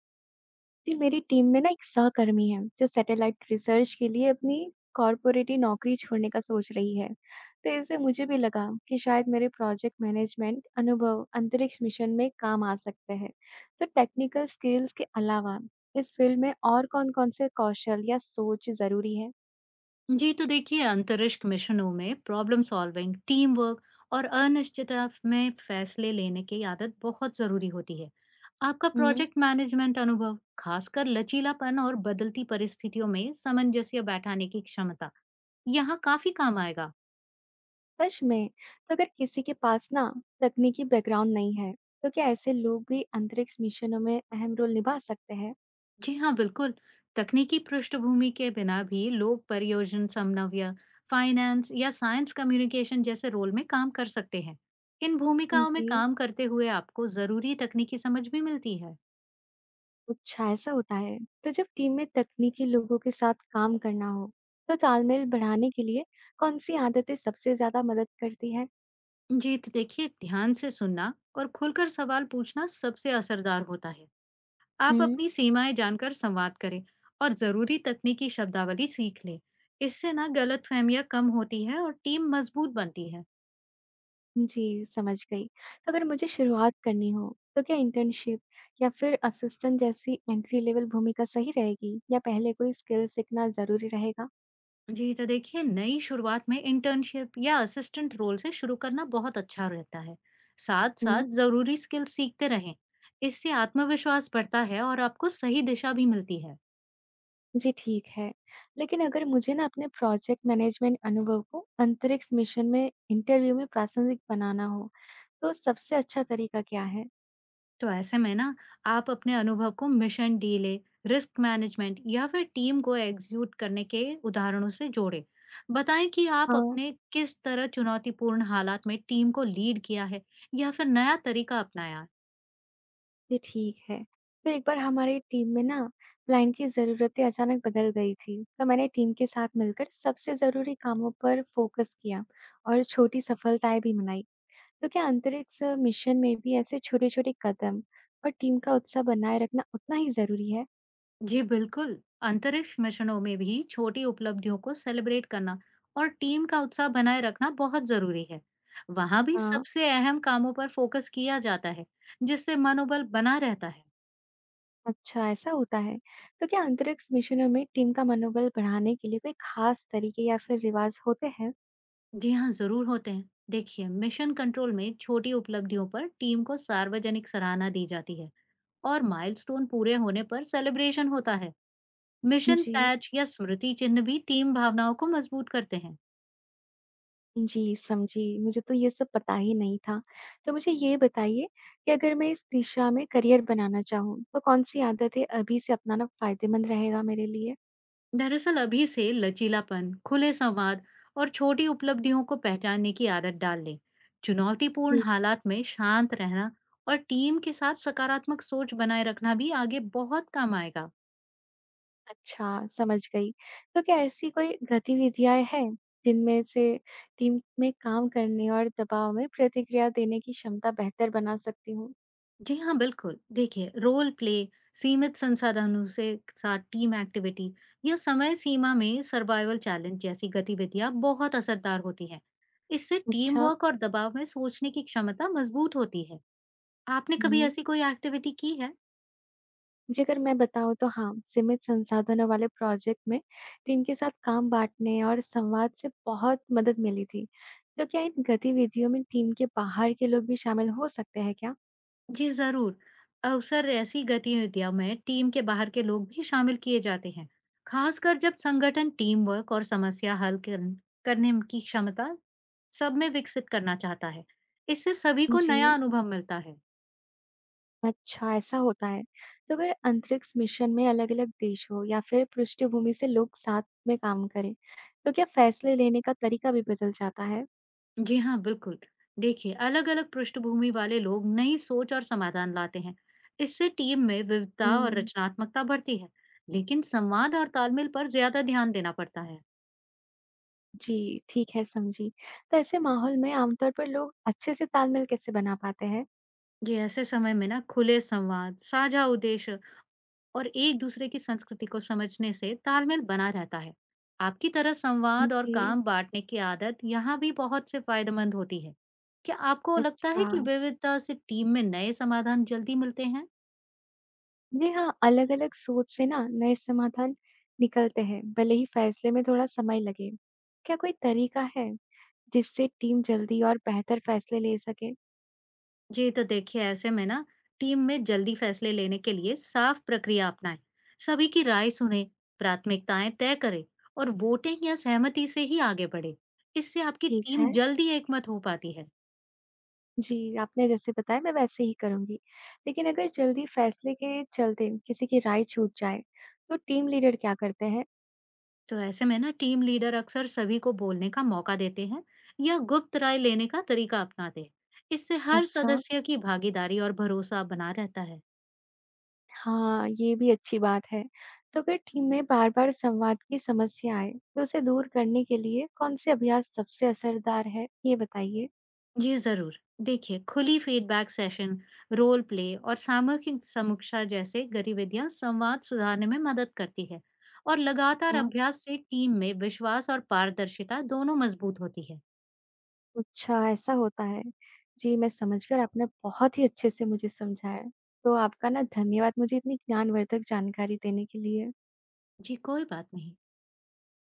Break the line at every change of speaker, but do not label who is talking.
जी, मेरी टीम में ना एक सहकर्मी है जो सैटेलाइट रिसर्च के लिए अपनी कॉर्पोरेटी नौकरी छोड़ने का सोच रही है। तो इससे मुझे भी लगा कि शायद मेरे प्रोजेक्ट मैनेजमेंट अनुभव अंतरिक्ष मिशन में काम आ सकते हैं। तो टेक्निकल स्किल्स के अलावा इस फील्ड में और कौन-कौन से कौशल या सोच जरूरी है।
जी तो देखिए अंतरिक्ष मिशनों में प्रॉब्लम सॉल्विंग, टीम वर्क और अनिश्चितता में फैसले लेने की आदत बहुत जरूरी होती है। आपका
हम्म।
प्रोजेक्ट मैनेजमेंट अनुभव, खासकर लचीलापन और बदलती परिस्थितियों में सामंजस्य बैठाने की क्षमता, यहाँ काफी काम आएगा।
सच में, तो अगर किसी के पास ना तकनीकी बैकग्राउंड नहीं है, तो क्या ऐसे लोग भी अंतरिक्ष मिशनों में अहम रोल निभा सकते हैं।
जी हाँ, बिल्कुल। तकनीकी पृष्ठभूमि के बिना भी लोग परियोजन समन्वय, फाइनेंस या साइंस कम्युनिकेशन जैसे रोल में काम कर सकते हैं। इन भूमिकाओं में
जी।
काम करते हुए आपको ज़रूरी तकनीकी समझ भी मिलती है।
अच्छा, ऐसा होता है। तो जब टीम में तकनीकी लोगों के साथ काम करना हो, तो तालमेल बढ़ाने के लिए कौन-सी आदतें सबसे ज़्यादा मदद करती हैं?
जी, तो देखिए ध्यान से सुनना और खुलकर सवाल पूछना सबसे असरदार होता है। आप
हम्म।
अपनी सीमाएं जानकर संवाद करें और ज़रूरी तकनीकी शब्दावली सीख लें। इससे ना गलतफहमियां कम होती है और टीम मजबूत बनती है।
जी, समझ गई। तो अगर मुझे शुरुआत करनी हो, तो क्या इंटर्नशिप या फिर असिस्टेंट जैसी एंट्री लेवल भूमिका सही रहेगी या पहले कोई स्किल सीखना ज़रूरी रहेगा?
जी, तो देखिए नई शुरुआत में इंटर्नशिप या असिस्टेंट रोल से शुरू करना बहुत अच्छा रहता है। साथ-साथ
हम्म।
ज़रूरी स्किल सीखते रहें। इससे आत्मविश्वास बढ़ता है और आपको सही दिशा भी मिलती है।
जी, ठीक है। लेकिन अगर मुझे ना अपने प्रोजेक्ट मैनेजमेंट अनुभव को अंतरिक्ष मिशन में इंटरव्यू में प्रासंगिक बनाना हो, तो सबसे अच्छा तरीका क्या है?
तो ऐसे में ना आप अपने अनुभव को मिशन डीले, रिस्क मैनेजमेंट या फिर टीम को एग्जीक्यूट करने के उदाहरणों से जोड़ें। बताएं कि आप
हाँ,
अपने किस तरह चुनौतीपूर्ण हालात में टीम को लीड किया है या फिर नया तरीका अपनाया।
ये ठीक है। तो एक बार हमारी टीम में ना क्लाइंट की ज़रूरतें अचानक बदल गई थी, तो मैंने टीम के साथ मिलकर सबसे ज़रूरी कामों पर फोकस किया और छोटी सफलताएं भी मनाई। तो क्या अंतरिक्ष मिशन में भी ऐसे छोटे-छोटे कदम और टीम का उत्साह बनाए रखना उतना ही ज़रूरी है?
जी बिल्कुल। अंतरिक्ष मिशनों में भी छोटी उपलब्धियों को सेलिब्रेट करना और टीम का उत्साह बनाए रखना बहुत जरूरी है। वहां भी
हाँ,
सबसे अहम कामों पर फोकस किया जाता है, जिससे मनोबल बना रहता है।
अच्छा ऐसा होता है। तो क्या अंतरिक्ष मिशनों में टीम का मनोबल बढ़ाने के लिए कोई खास तरीके या फिर रिवाज होते हैं?
जी हाँ, जरूर होते हैं। देखिए मिशन कंट्रोल में छोटी उपलब्धियों पर टीम को सार्वजनिक सराहना दी जाती है और माइलस्टोन पूरे होने पर सेलिब्रेशन होता है। मिशन
जी।
पैच या स्मृति चिन्ह भी टीम भावनाओं को मजबूत करते हैं।
जी, समझी। मुझे तो ये सब पता ही नहीं था। तो मुझे ये बताइए कि अगर मैं इस दिशा में करियर बनाना चाहूँ, तो कौन-सी आदतें अभी से अपनाना फ़ायदेमंद रहेगा मेरे लिए?
दरअसल अभी से लचीलापन, खुले संवाद और छोटी उपलब्धियों को पहचानने की आदत डाल लें। चुनौतीपूर्ण
जी।
हालात में शांत रहना और टीम के साथ सकारात्मक सोच बनाए रखना भी आगे बहुत काम आएगा।
अच्छा, समझ गई। तो क्या ऐसी कोई गतिविधियाँ हैं, जिनमें से टीम में काम करने और दबाव में प्रतिक्रिया देने की क्षमता बेहतर बना सकती हूँ?
जी हाँ, बिल्कुल। देखिए रोल प्ले, सीमित संसाधनों से साथ टीम एक्टिविटी या समय सीमा में सर्वाइवल चैलेंज जैसी गतिविधियां बहुत असरदार होती हैं। इससे टीम
अच्छा।
वर्क और दबाव में सोचने की क्षमता मजबूत होती है। आपने कभी
हुँ।
ऐसी कोई एक्टिविटी की है?
जी, अगर मैं बताऊँ तो हाँ, सीमित संसाधनों वाले प्रोजेक्ट में टीम के साथ काम बाँटने और संवाद से बहुत मदद मिली थी। तो क्या इन गतिविधियों में टीम के बाहर के लोग भी शामिल हो सकते हैं क्या?
जी जरूर। अक्सर ऐसी गतिविधियों में टीम के बाहर के लोग भी शामिल किए जाते हैं, खासकर जब संगठन टीम वर्क और समस्या हल कर, करने की क्षमता सब में विकसित करना चाहता है। इससे सभी को नया
जी,
अनुभव मिलता है।
अच्छा ऐसा होता है। तो अगर अंतरिक्ष मिशन में अलग-अलग देश हो या फिर पृष्ठभूमि से लोग साथ में काम करें, तो क्या फैसले लेने का तरीका भी बदल जाता है?
जी हाँ, बिल्कुल। देखिए अलग अलग पृष्ठभूमि वाले लोग नई सोच और समाधान लाते हैं। इससे टीम में विविधता और
हुँ,
रचनात्मकता बढ़ती है। लेकिन संवाद और तालमेल पर ज्यादा ध्यान देना पड़ता है।
जी, ठीक है समझी। तो ऐसे माहौल में आमतौर पर लोग अच्छे से तालमेल कैसे बना पाते हैं?
ये ऐसे समय में ना खुले संवाद, साझा उद्देश्य और एक दूसरे की संस्कृति को समझने से तालमेल बना रहता है। आपकी तरह संवाद और
जी।
काम बांटने की आदत यहाँ भी बहुत से फायदेमंद होती है। क्या आपको लगता
अच्छा,
है कि विविधता से टीम में नए समाधान जल्दी मिलते हैं?
जी हाँ, अलग-अलग सोच से ना नए समाधान निकलते हैं, भले ही फैसले में थोड़ा समय लगे। क्या कोई तरीका है जिससे टीम जल्दी और बेहतर फैसले ले सके?
जी तो देखिए ऐसे में ना टीम में जल्दी फैसले लेने के लिए साफ प्रक्रिया अपनाएं। सभी की राय सुने, प्राथमिकताएं तय करें और वोटिंग या सहमति से ही आगे बढ़े। इससे आपकी
ठीक
टीम
है,
जल्दी एकमत हो पाती है।
जी, आपने जैसे बताया मैं वैसे ही करूँगी। लेकिन अगर जल्दी फैसले के चलते किसी की राय छूट जाए, तो टीम लीडर क्या करते हैं?
तो ऐसे में ना टीम लीडर अक्सर सभी को बोलने का मौका देते हैं या गुप्त राय लेने का तरीका अपनाते हैं। इससे हर
अच्छा।
सदस्य की भागीदारी और भरोसा बना रहता है।
हाँ, ये भी अच्छी बात है। तो अगर टीम में बार-बार संवाद की समस्या आए, तो उसे दूर करने के लिए कौन-से अभ्यास सबसे असरदार है? ये बताइए।
जी जरूर। देखिए खुली फीडबैक सेशन, रोल प्ले और सामूहिक समीक्षा जैसे गतिविधियां संवाद सुधारने में मदद करती है। और लगातार
हाँ,
अभ्यास से टीम में विश्वास और पारदर्शिता दोनों मजबूत होती है।
अच्छा ऐसा होता है। जी, मैं समझ कर आपने बहुत ही अच्छे से मुझे समझाया। तो आपका ना धन्यवाद मुझे इतनी ज्ञानवर्धक जानकारी देने के लिए।
जी कोई बात नहीं।